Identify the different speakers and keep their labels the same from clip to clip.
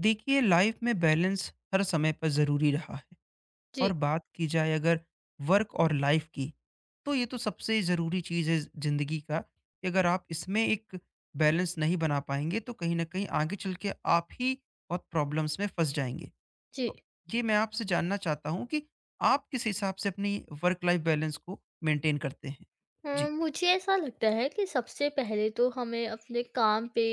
Speaker 1: देखिए लाइफ में बैलेंस हर समय पर ज़रूरी रहा है। और
Speaker 2: जी,
Speaker 1: बात की जाए अगर वर्क और लाइफ की, तो ये तो सबसे ज़रूरी चीज़ है ज़िंदगी का कि अगर आप इसमें एक बैलेंस नहीं बना पाएंगे तो कहीं ना कहीं आगे चल के आप ही बहुत प्रॉब्लम्स में फंस जाएंगे।
Speaker 2: जी।
Speaker 1: तो ये मैं आपसे जानना चाहता हूँ कि आप किस हिसाब से अपनी वर्क लाइफ बैलेंस को मेंटेन करते हैं। जी,
Speaker 2: मुझे ऐसा लगता है कि सबसे पहले तो हमें अपने काम पे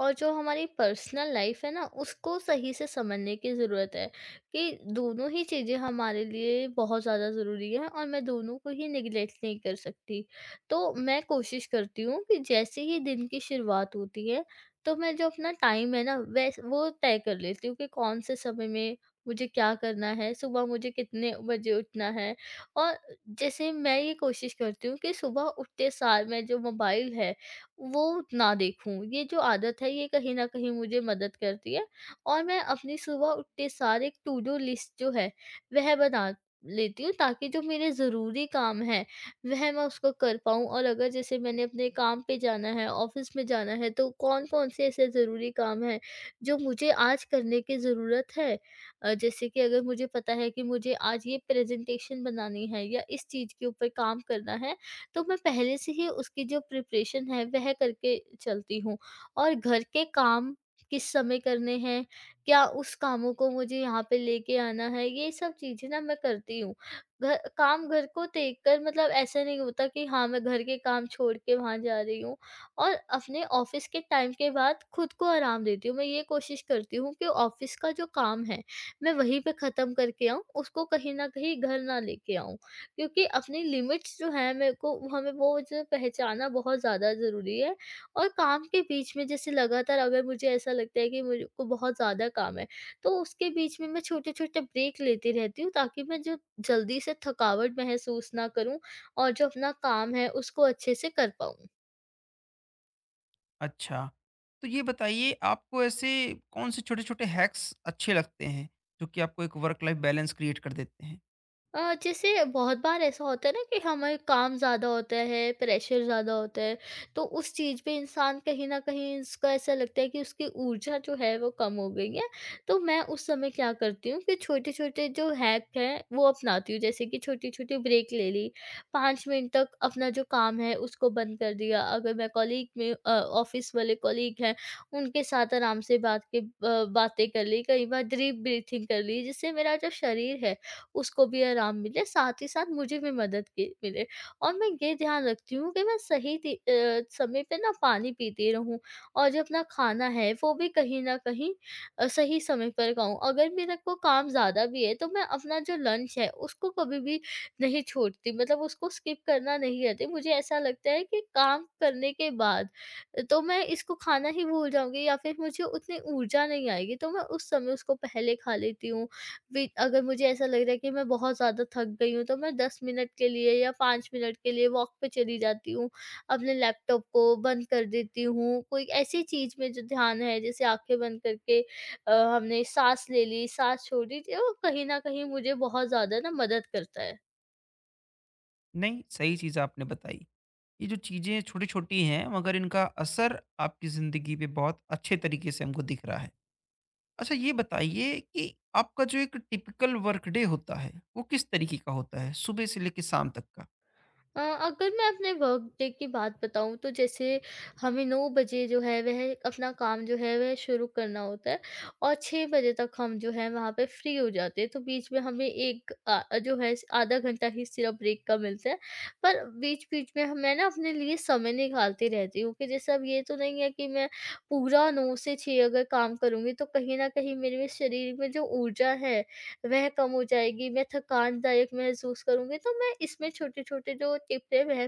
Speaker 2: और जो हमारी पर्सनल लाइफ़ है ना, उसको सही से समझने की ज़रूरत है, कि दोनों ही चीज़ें हमारे लिए बहुत ज़्यादा ज़रूरी हैं और मैं दोनों को ही नेगलेक्ट नहीं कर सकती। तो मैं कोशिश करती हूँ कि जैसे ही दिन की शुरुआत होती है, तो मैं जो अपना टाइम है ना वैस वो तय कर लेती हूँ कि कौन से समय में मुझे क्या करना है, सुबह मुझे कितने बजे उठना है। और जैसे मैं ये कोशिश करती हूँ कि सुबह उठते सार मैं जो मोबाइल है वो ना देखूँ। ये जो आदत है ये कहीं न कहीं मुझे मदद करती है और मैं अपनी सुबह उठते सार एक टू डू लिस्ट जो है वह बना लेती हूँ, ताकि जो मेरे ज़रूरी काम हैं वह मैं उसको कर पाऊँ। और अगर जैसे मैंने अपने काम पे जाना है, ऑफ़िस में जाना है, तो कौन-कौन से ऐसे ज़रूरी काम हैं जो मुझे आज करने की ज़रूरत है। जैसे कि अगर मुझे पता है कि मुझे आज ये प्रेजेंटेशन बनानी है या इस चीज़ के ऊपर काम करना है, तो मैं पहले से ही उसकी जो प्रिपरेशन है वह करके चलती हूँ। और घर के काम किस समय करने हैं, क्या उस कामों को मुझे यहाँ पे लेके आना है, ये सब चीज़ें ना मैं करती हूँ। घर को देख कर मतलब ऐसा नहीं होता कि हाँ, मैं घर के काम छोड़ के वहाँ जा रही हूँ और अपने ऑफिस के टाइम के बाद खुद को आराम देती हूँ। मैं ये कोशिश करती हूँ कि ऑफिस का जो काम है मैं वहीं पे ख़त्म करके आऊँ, उसको कहीं न कहीं घर ना लेके आऊँ। क्योंकि अपनी लिमिट्स जो हैं मेरे को हमें वो जो पहचाना बहुत ज़्यादा ज़रूरी है। और काम के बीच में जैसे लगातार अगर मुझे ऐसा लगता है कि मेरे को बहुत ज़्यादा काम है, तो उसके बीच में मैं छोटे-छोटे ब्रेक लेती रहती हूँ, ताकि मैं जो जल्दी से थकावट महसूस ना करूँ और जो अपना काम है उसको अच्छे से कर पाऊँ।
Speaker 1: अच्छा। तो ये बताइए आपको ऐसे कौन से छोटे-छोटे हैक्स अच्छे लगते हैं, जो कि आपको एक वर्क लाइफ बैलेंस क्रिएट कर देते हैं?
Speaker 2: जैसे बहुत बार ऐसा होता है ना कि हमें काम ज़्यादा होता है, प्रेशर ज़्यादा होता है, तो उस चीज़ पे इंसान कहीं न कहीं उसको ऐसा लगता है कि उसकी ऊर्जा जो है वो कम हो गई है। तो मैं उस समय क्या करती हूँ कि छोटे-छोटे जो हैक हैं वो अपनाती हूँ। जैसे कि छोटी-छोटी ब्रेक ले ली, 5 मिनट तक अपना जो काम है उसको बंद कर दिया। अगर मैं कॉलीग में ऑफ़िस वाले कॉलीग हैं उनके साथ आराम से बातें कर ली, कई बार डीप ब्रीथिंग कर ली, जिससे मेरा जो शरीर है उसको भी आराम मिले, साथ ही साथ मुझे भी मदद की मिले। और मैं ये ध्यान रखती हूँ कि मैं सही समय पे ना पानी पीती रहूँ और जो अपना खाना है वो भी कहीं न कहीं सही समय पर खाऊँ। अगर मेरे को काम ज़्यादा भी है तो मैं अपना जो लंच है उसको कभी भी नहीं छोड़ती, मतलब उसको स्किप करना नहीं रहती। मुझे ऐसा लगता है कि काम करने के बाद तो मैं इसको खाना ही भूल जाऊँगी या फिर मुझे उतनी ऊर्जा नहीं आएगी, तो मैं उस समय उसको पहले खा लेती हूँ। वी अगर मुझे ऐसा लग रहा है कि मैं बहुत ज़्यादा थक गई हूँ, तो मैं 10 मिनट के लिए या 5 मिनट के लिए वॉक पे चली जाती हूँ। अपने लैपटॉप को बंद कर देती हूँ। कोई ऐसी चीज़ में जो ध्यान है, जैसे आँखें बंद करके हमने साँस ले ली, साँस छोड़ी, तो कहीं न कहीं मुझे बहुत ज़्यादा ना मदद करता है।
Speaker 1: नहीं, सही चीज़ आपने बताई। ये जो चीज़ें छोटी-छोटी हैं मगर इनका असर आपकी ज़िंदगी पे बहुत अच्छे तरीके से हमको दिख रहा है। अच्छा, ये बताइए कि आपका जो एक टिपिकल वर्क डे होता है, वो किस तरीके का होता है? सुबह से लेके शाम तक का?
Speaker 2: अगर मैं अपने वर्क डे की बात बताऊँ तो जैसे हमें 9 बजे जो है वह अपना काम जो है वह शुरू करना होता है और 6 बजे तक हम जो है वहाँ पे फ्री हो जाते हैं। तो बीच में हमें एक जो है आधा घंटा ही सिर्फ ब्रेक का मिलता है। पर बीच-बीच में हम मैं ना अपने लिए समय निकालती रहती हूँ कि जैसे अब ये तो नहीं है कि मैं पूरा 9 से 6 अगर काम करूँगी, तो कहीं न कहीं मेरे में शरीर में जो ऊर्जा है वह कम हो जाएगी, मैं थकानदायक महसूस करूँगी। तो मैं इसमें छोटे-छोटे जो टिप्स हैं वह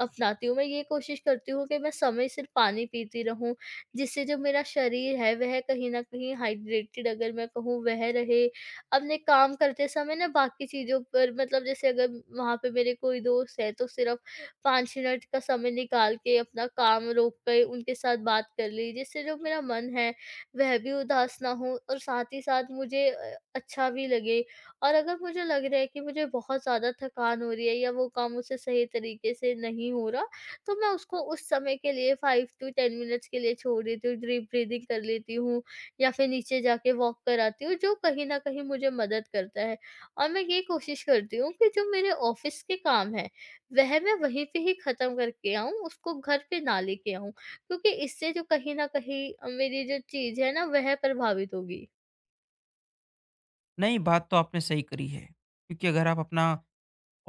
Speaker 2: अपनाती हूँ। मैं ये कोशिश करती हूँ कि मैं समय सिर पानी पीती रहूँ, जिससे जो मेरा शरीर है वह कहीं न कहीं हाइड्रेटेड अगर मैं कहूँ वह रहे। अपने काम करते समय ना बाकी चीज़ों पर मतलब जैसे अगर वहाँ पे मेरे कोई दोस्त है तो सिर्फ़ 5 मिनट का समय निकाल के अपना काम रोक के उनके साथ बात कर ली, जिससे जो मेरा मन है वह भी उदास ना हो और साथ ही साथ मुझे अच्छा भी लगे। और अगर मुझे लग रहा है कि मुझे बहुत ज़्यादा थकान हो रही है या वो काम मुझसे सही तरीके से नहीं हो रहा, तो मैं उसको उस समय के लिए 5 टू 10 मिनट्स के लिए छोड़ देती हूँ, डीप ब्रीदिंग कर लेती हूँ या फिर नीचे जाके वॉक कराती हूँ, जो कहीं न कहीं मुझे मदद करता है। और मैं ये कोशिश करती हूँ कि जो मेरे ऑफ़िस के काम हैं, वह मैं वहीं पे ही ख़त्म करके आऊँ, उसको घर पे ना लेके आऊँ। क्योंकि इससे जो कहीं न कहीं मेरी जो चीज़ है ना वह प्रभावित होगी।
Speaker 1: नहीं, बात तो आपने सही करी है, क्योंकि अगर आप अपना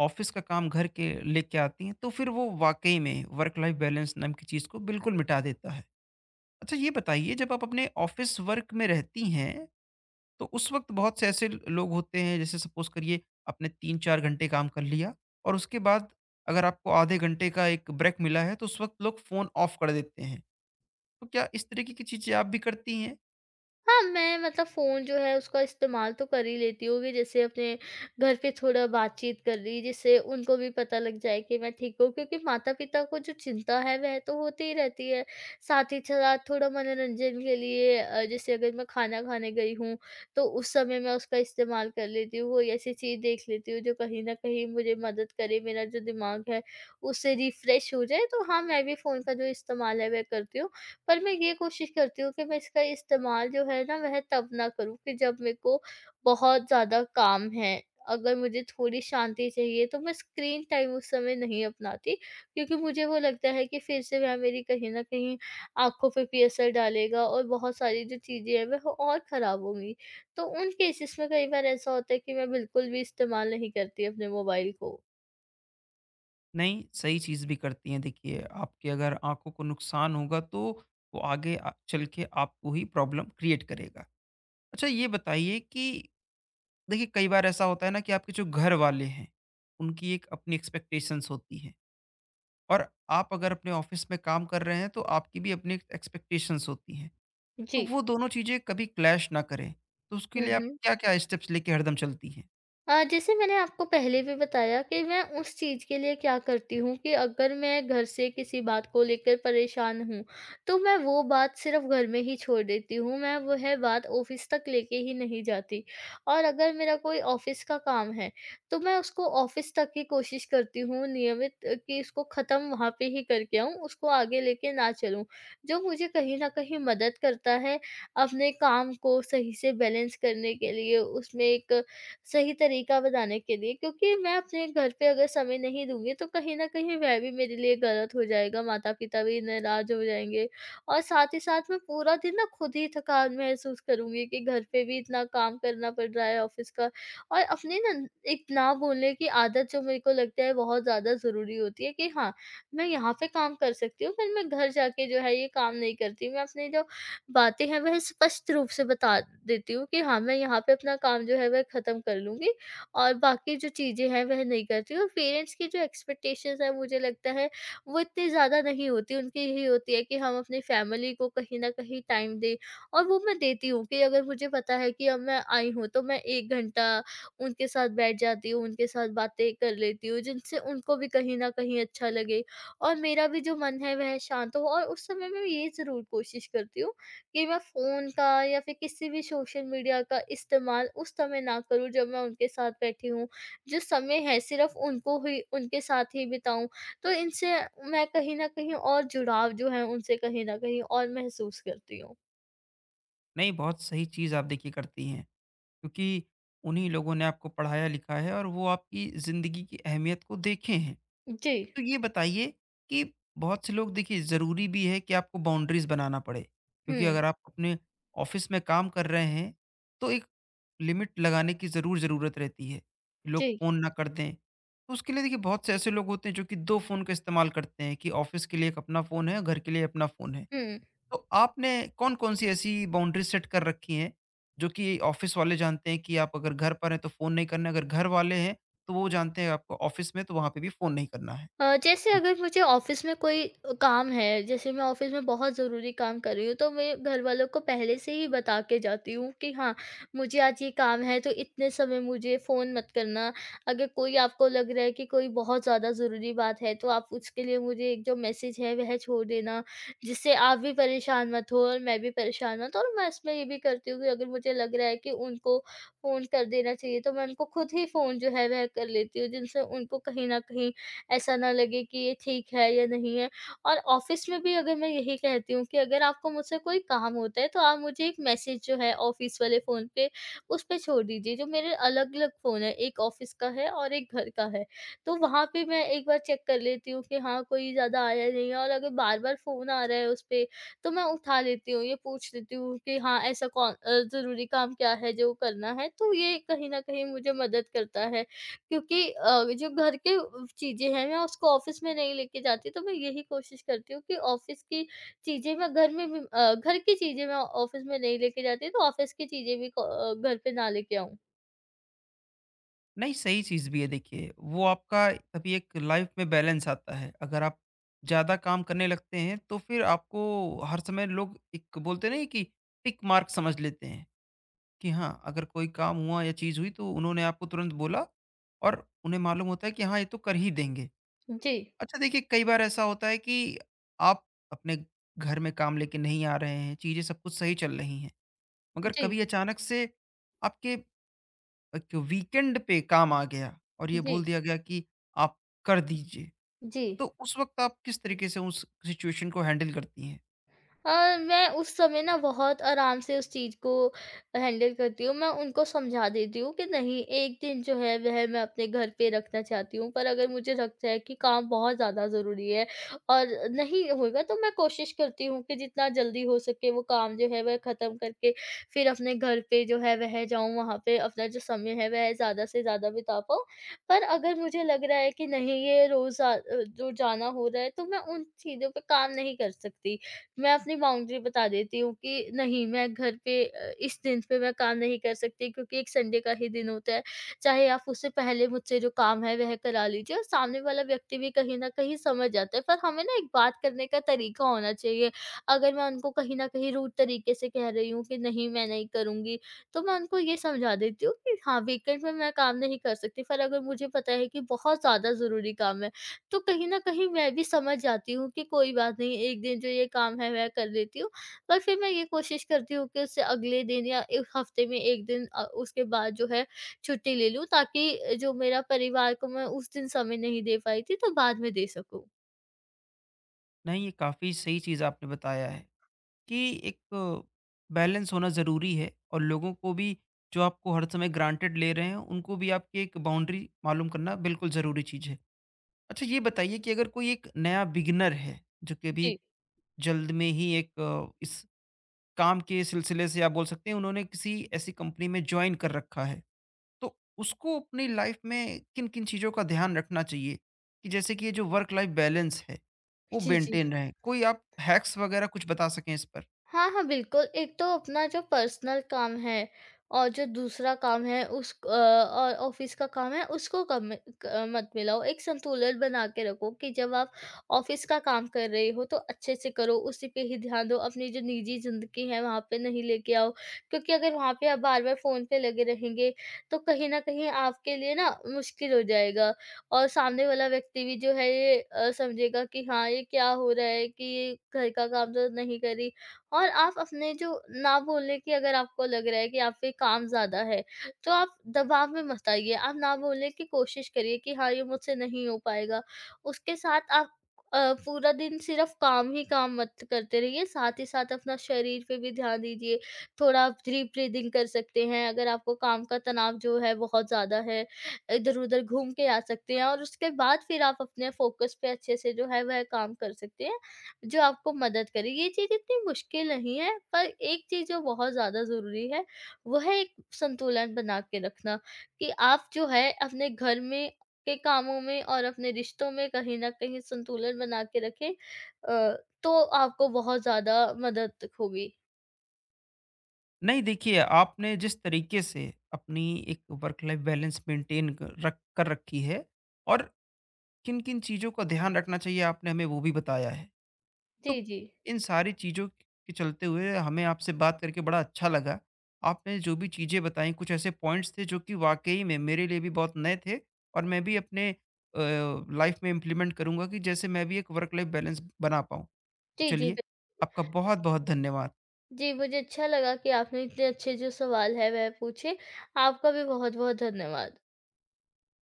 Speaker 1: ऑफिस का काम घर के लेके आती हैं, तो फिर वो वाक़ई में वर्क लाइफ़ बैलेंस नाम की चीज़ को बिल्कुल मिटा देता है। अच्छा, ये बताइए जब आप अपने ऑफिस वर्क में रहती हैं, तो उस वक़्त बहुत से ऐसे लोग होते हैं, जैसे सपोज़ करिए आपने 3-4 घंटे काम कर लिया और उसके बाद अगर आपको आधे घंटे का एक ब्रेक मिला है, तो उस वक़्त लोग फ़ोन ऑफ कर देते हैं। तो क्या इस तरीके की चीज़ें आप भी करती हैं?
Speaker 2: हाँ, मैं मतलब फ़ोन जो है उसका इस्तेमाल तो कर ही लेती हूँ कि जैसे अपने घर पे थोड़ा बातचीत कर ली, जिससे उनको भी पता लग जाए कि मैं ठीक हूँ, क्योंकि माता-पिता को जो चिंता है वह तो होती ही रहती है। साथ ही साथ थोड़ा मनोरंजन के लिए जैसे अगर मैं खाना खाने गई हूँ तो उस समय मैं उसका इस्तेमाल कर लेती हूँ। कोई ऐसी चीज़ देख लेती हूँ जो कहीं न कहीं मुझे मदद करे, मेरा जो दिमाग है उससे रिफ्रेश हो जाए। तो हाँ, मैं भी फ़ोन का जो इस्तेमाल है वह करती हूँ। पर मैं ये कोशिश करती हूँ कि मैं इसका इस्तेमाल जो है ना वह तब ना करूँ कि जब मेरे को बहुत ज़्यादा काम है। अगर मुझे थोड़ी शांति चाहिए तो मैं स्क्रीन टाइम उस समय नहीं अपनाती, क्योंकि मुझे वो लगता है कि फिर से वह मेरी कहीं न कहीं आँखों पे भी असर डालेगा और बहुत सारी जो चीज़ें हैं वह और ख़राब होंगी। तो उन केसेस में कई बार ऐसा होता है कि मैं बिल्कुल भी इस्तेमाल नहीं करती अपने मोबाइल को।
Speaker 1: नहीं, सही चीज़ भी करती हैं देखिए, आपकी अगर आँखों को नुकसान होगा तो वो आगे चल के आपको ही प्रॉब्लम क्रिएट करेगा। अच्छा, ये बताइए कि देखिए कई बार ऐसा होता है ना कि आपके जो घर वाले हैं, उनकी एक अपनी एक्सपेक्टेशंस होती हैं और आप अगर अपने ऑफिस में काम कर रहे हैं तो आपकी भी अपनी एक्सपेक्टेशंस होती हैं। तो
Speaker 2: जी।
Speaker 1: वो दोनों चीज़ें कभी क्लैश ना करें, तो उसके
Speaker 2: हुँ,
Speaker 1: लिए आप
Speaker 2: हुँ।
Speaker 1: क्या क्या स्टेप्स लेके हरदम चलती हैं।
Speaker 2: जैसे मैंने आपको पहले भी बताया कि मैं उस चीज़ के लिए क्या करती हूँ कि अगर मैं घर से किसी बात को लेकर परेशान हूँ, तो मैं वो बात सिर्फ़ घर में ही छोड़ देती हूँ, मैं वह बात ऑफ़िस तक लेके ही नहीं जाती। और अगर मेरा कोई ऑफ़िस का काम है, तो मैं उसको ऑफ़िस तक ही कोशिश करती हूँ कि इसको ख़त्म वहाँ पे ही करके आऊँ, उसको आगे लेके ना चलूँ। जो मुझे कहीं न कहीं मदद करता है अपने काम को सही से बैलेंस करने के लिए, उसमें एक सही तरीका बताने के लिए, क्योंकि मैं अपने घर पे अगर समय नहीं दूँगी तो कहीं न कहीं वह भी मेरे लिए गलत हो जाएगा, माता-पिता भी नाराज़ हो जाएँगे और साथ ही साथ मैं पूरा दिन ना खुद ही थकान महसूस करूँगी कि घर पे भी इतना काम करना पड़ रहा है ऑफ़िस का। और अपने ना एक ना बोलने की आदत जो मेरे को लगता है बहुत ज़्यादा ज़रूरी होती है कि हाँ, मैं यहाँ पे काम कर सकती हूँ, पर मैं घर जाके जो है ये काम नहीं करती। मैं अपने जो बातें हैं वह स्पष्ट रूप से बता देती हूँ कि हाँ, मैं यहाँ पे अपना काम जो है वह ख़त्म कर लूँगी और बाकी जो चीज़ें हैं वह नहीं करती हूँ। पेरेंट्स की जो एक्सपेक्टेशंस हैं मुझे लगता है वो इतनी ज़्यादा नहीं होती, उनकी यही होती है कि हम अपनी फैमिली को कहीं न कहीं टाइम दें। और वो मैं देती हूँ कि अगर मुझे पता है कि अब मैं आई हूँ तो मैं 1 घंटा उनके साथ बैठ जाती हूँ, उनके साथ बातें कर लेती हूँ, जिनसे उनको भी कहीं न कहीं अच्छा लगे और मेरा भी जो मन है वह शांत हो। और उस समय मैं ये ज़रूर कोशिश करती हूँ कि मैं फ़ोन का या फिर किसी भी सोशल मीडिया का इस्तेमाल उस समय ना करूँ जब मैं उनके साथ बैठी हूँ। जो समय है सिर्फ़ उनको ही उनके साथ ही बिताऊँ। तो इनसे मैं कहीं न कहीं और जुड़ाव जो है उनसे कहीं न कहीं और महसूस करती हूँ।
Speaker 1: नहीं, बहुत सही चीज़ आप देखिए करती हैं, क्योंकि उन्हीं लोगों ने आपको पढ़ाया लिखा है और वो आपकी ज़िंदगी की अहमियत को देखे हैं।
Speaker 2: जी।
Speaker 1: तो ये बताइए कि बहुत से लोग, देखिए ज़रूरी भी है कि आपको बाउंड्रीज़ बनाना पड़े, क्योंकि
Speaker 2: हुँ।
Speaker 1: अगर आप अपने ऑफिस में काम कर रहे हैं तो एक लिमिट लगाने की ज़रूर ज़रूरत रहती है कि लोग
Speaker 2: जी।
Speaker 1: फ़ोन ना कर दें। तो उसके लिए देखिए बहुत से ऐसे लोग होते हैं जो कि दो फ़ोन का इस्तेमाल करते हैं, कि ऑफिस के लिए एक अपना फ़ोन है और घर के लिए अपना फ़ोन है।
Speaker 2: हुँ।
Speaker 1: तो आपने कौन कौन सी ऐसी बाउंड्री सेट कर रखी हैं, जो कि ऑफिस वाले जानते हैं कि आप अगर घर पर हैं तो फ़ोन नहीं करना है, अगर घर वाले हैं तो वो जानते हैं आपको ऑफिस में तो वहाँ पे भी फ़ोन नहीं करना है।
Speaker 2: जैसे अगर मुझे ऑफ़िस में कोई काम है, जैसे मैं ऑफ़िस में बहुत ज़रूरी काम कर रही हूँ, तो मैं घर वालों को पहले से ही बता के जाती हूँ कि हाँ, मुझे आज ये काम है, तो इतने समय मुझे फ़ोन मत करना। अगर कोई आपको लग रहा है कि कोई बहुत ज़्यादा ज़रूरी बात है, तो आप उसके लिए मुझे एक जो मैसेज है, वह छोड़ देना, जिससे आप भी परेशान मत हो और मैं भी परेशान मत हो। और मैं इसमें ये भी करती हूँ कि अगर मुझे लग रहा है कि उनको फ़ोन कर देना चाहिए, तो मैं उनको खुद ही फ़ोन जो है, वह कर लेती हूँ, जिनसे उनको कहीं न कहीं ऐसा ना लगे कि ये ठीक है या नहीं है। और ऑफ़िस में भी अगर मैं यही कहती हूँ कि अगर आपको मुझसे कोई काम होता है तो आप मुझे एक मैसेज जो है ऑफ़िस वाले फ़ोन पे, उस पे छोड़ दीजिए, जो मेरे अलग-अलग फ़ोन है, एक ऑफ़िस का है और एक घर का है। तो वहाँ पे मैं एक बार चेक कर लेती हूँ कि हाँ, कोई ज़्यादा आया नहीं है। और अगर बार-बार फ़ोन आ रहा है उस पे, तो मैं उठा लेती हूँ, ये पूछ लेती हूँ कि हाँ, ऐसा कौन ज़रूरी काम क्या है जो करना है? तो ये कहीं न कहीं मुझे मदद करता है। क्योंकि जो घर के चीज़ें हैं, मैं उसको ऑफ़िस में नहीं लेके जाती, तो मैं यही कोशिश करती हूँ कि ऑफ़िस की चीज़ें मैं घर में भी घर की चीज़ें मैं ऑफ़िस में नहीं लेके जाती, तो ऑफ़िस की चीज़ें भी को घर पे ना लेके आऊँ।
Speaker 1: नहीं, सही चीज़ भी है देखिए, वो आपका तभी एक लाइफ़ में बैलेंस आता है। अगर आप ज़्यादा काम करने लगते हैं, तो फिर आपको हर समय लोग एक बोलते नहीं, कि टिक मार्क समझ लेते हैं, कि हाँ, अगर कोई काम हुआ या चीज़ हुई तो उन्होंने आपको तुरंत बोला और उन्हें मालूम होता है कि हाँ, ये तो कर ही देंगे।
Speaker 2: जी।
Speaker 1: अच्छा देखिए, कई बार ऐसा होता है कि आप अपने घर में काम लेके नहीं आ रहे हैं, चीज़ें सब कुछ सही चल रही हैं, मगर
Speaker 2: जी।
Speaker 1: कभी अचानक से आपके एक वीकेंड पे काम आ गया और ये बोल
Speaker 2: जी।
Speaker 1: दिया गया कि आप कर दीजिए।
Speaker 2: जी।
Speaker 1: तो उस वक़्त आप किस तरीके से उस सिचुएशन को हैंडल करती हैं?
Speaker 2: हाँ, मैं उस समय ना बहुत आराम से उस चीज़ को हैंडल करती हूँ। मैं उनको समझा देती हूँ कि नहीं, एक दिन जो है वह मैं अपने घर पे रखना चाहती हूँ, पर अगर मुझे लगता है कि काम बहुत ज़्यादा ज़रूरी है और नहीं होगा, तो मैं कोशिश करती हूँ कि जितना जल्दी हो सके वो काम जो है वह ख़त्म करके फिर अपने घर पे जो है वह जाऊँ, वहाँ पे अपना जो समय है वह ज़्यादा से ज़्यादा बिता पाऊँ। पर अगर मुझे लग रहा है कि नहीं, ये रोज़ाना हो रहा है, तो मैं उन चीज़ों पे काम नहीं कर सकती। मैं अपनी बाउंड्री बता देती हूँ कि नहीं, मैं घर पे इस दिन पे मैं काम नहीं कर सकती, क्योंकि एक संडे का ही दिन होता है। चाहे आप उससे पहले मुझसे जो काम है वह करा लीजिए, और सामने वाला व्यक्ति भी कहीं न कहीं समझ जाता है। पर हमें ना एक बात करने का तरीका होना चाहिए। अगर मैं उनको कहीं न कहीं रूड तरीके से कह रही हूँ कि नहीं मैं नहीं करूँगी, तो मैं उनको ये समझा देती हूँ कि हाँ, वीकेंड में मैं काम नहीं कर सकती, पर अगर मुझे पता है कि बहुत ज़्यादा ज़रूरी काम है, तो कहीं न कहीं मैं भी समझ जाती हूँ कि कोई बात नहीं, एक दिन जो ये काम है मैं कर लेती हूँ। पर फिर मैं ये कोशिश करती हूँ कि उससे अगले दिन या एक हफ़्ते में एक दिन, उसके बाद जो है छुट्टी ले लूँ, ताकि जो मेरा परिवार को मैं उस दिन समय नहीं दे पाई थी तो बाद में दे सकूँ।
Speaker 1: नहीं, ये काफ़ी सही चीज़ आपने बताया है, कि एक बैलेंस होना ज़रूरी है और लोगों को भी, जो आपको हर समय ग्रांटेड ले रहे हैं, उनको भी आपकी एक बाउंड्री मालूम करना बिल्कुल ज़रूरी चीज़ है। अच्छा, ये बताइए कि अगर कोई एक नया बिगिनर है, जो कि अभी जल्द में ही एक, इस काम के सिलसिले से आप बोल सकते हैं, उन्होंने किसी ऐसी कंपनी में जॉइन कर रखा है। तो उसको अपनी लाइफ में किन-किन चीज़ों का ध्यान रखना चाहिए? कि जैसे कि ये जो वर्क लाइफ बैलेंस है, वो
Speaker 2: जी, जी।
Speaker 1: मेंटेन रहे। कोई आप हैक्स वगैरह कुछ बता सकें इस पर?
Speaker 2: हाँ, हाँ, बिल्कुल। एक तो अपना जो पर्सनल काम है और जो दूसरा काम है और ऑफ़िस का काम है, उसको कम मत मिलाओ। एक संतुलन बना के रखो कि जब आप ऑफ़िस का काम कर रहे हो तो अच्छे से करो, उसी पे ही ध्यान दो। अपनी जो निजी ज़िंदगी है वहाँ पे नहीं लेके आओ, क्योंकि अगर वहाँ पे आप बार-बार फ़ोन पे लगे रहेंगे तो कहीं न कहीं आपके लिए ना मुश्किल हो जाएगा, और सामने वाला व्यक्ति भी जो है ये समझेगा कि हाँ, ये क्या हो रहा है, कि ये घर का काम तो नहीं कर रही। और आप अपने जो ना बोलने की, अगर आपको लग रहा है कि आप पे काम ज़्यादा है, तो आप दबाव में मत आइए, आप ना बोलने की कोशिश करिए कि हाँ, ये मुझसे नहीं हो पाएगा। उसके साथ आप पूरा दिन सिर्फ़ काम ही काम मत करते रहिए, साथ ही साथ अपना शरीर पे भी ध्यान दीजिए, थोड़ा आप डीप ब्रीदिंग कर सकते हैं, अगर आपको काम का तनाव जो है बहुत ज़्यादा है, इधर-उधर घूम के आ सकते हैं और उसके बाद फिर आप अपने फ़ोकस पे अच्छे से जो है वह काम कर सकते हैं, जो आपको मदद करे। ये चीज़ इतनी मुश्किल नहीं है, पर एक चीज़ जो बहुत ज़्यादा ज़रूरी है, वो है एक संतुलन बना के रखना, कि आप जो है अपने घर में के कामों में और अपने रिश्तों में कहीं न कहीं संतुलन बना के रखें, तो आपको बहुत ज़्यादा मदद होगी।
Speaker 1: नहीं, देखिए आपने जिस तरीके से अपनी एक वर्क लाइफ बैलेंस मेंटेन कर रख कर रखी है और किन-किन चीज़ों का ध्यान रखना चाहिए, आपने हमें वो भी बताया है। तो
Speaker 2: जी, जी।
Speaker 1: इन सारी चीज़ों के चलते हुए हमें आपसे बात करके बड़ा अच्छा लगा। आपने जो भी चीज़ें बताई, कुछ ऐसे पॉइंट्स थे जो कि वाक़ई में मेरे लिए भी बहुत नए थे और मैं भी अपने लाइफ़ में इम्प्लीमेंट करूँगा कि जैसे मैं भी एक वर्क लाइफ़ बैलेंस बना पाऊँ।
Speaker 2: जी, जी,
Speaker 1: चलिए,
Speaker 2: बिल।
Speaker 1: आपका बहुत-बहुत धन्यवाद।
Speaker 2: जी, मुझे अच्छा लगा कि आपने इतने अच्छे जो सवाल है वह पूछे। आपका भी बहुत-बहुत धन्यवाद।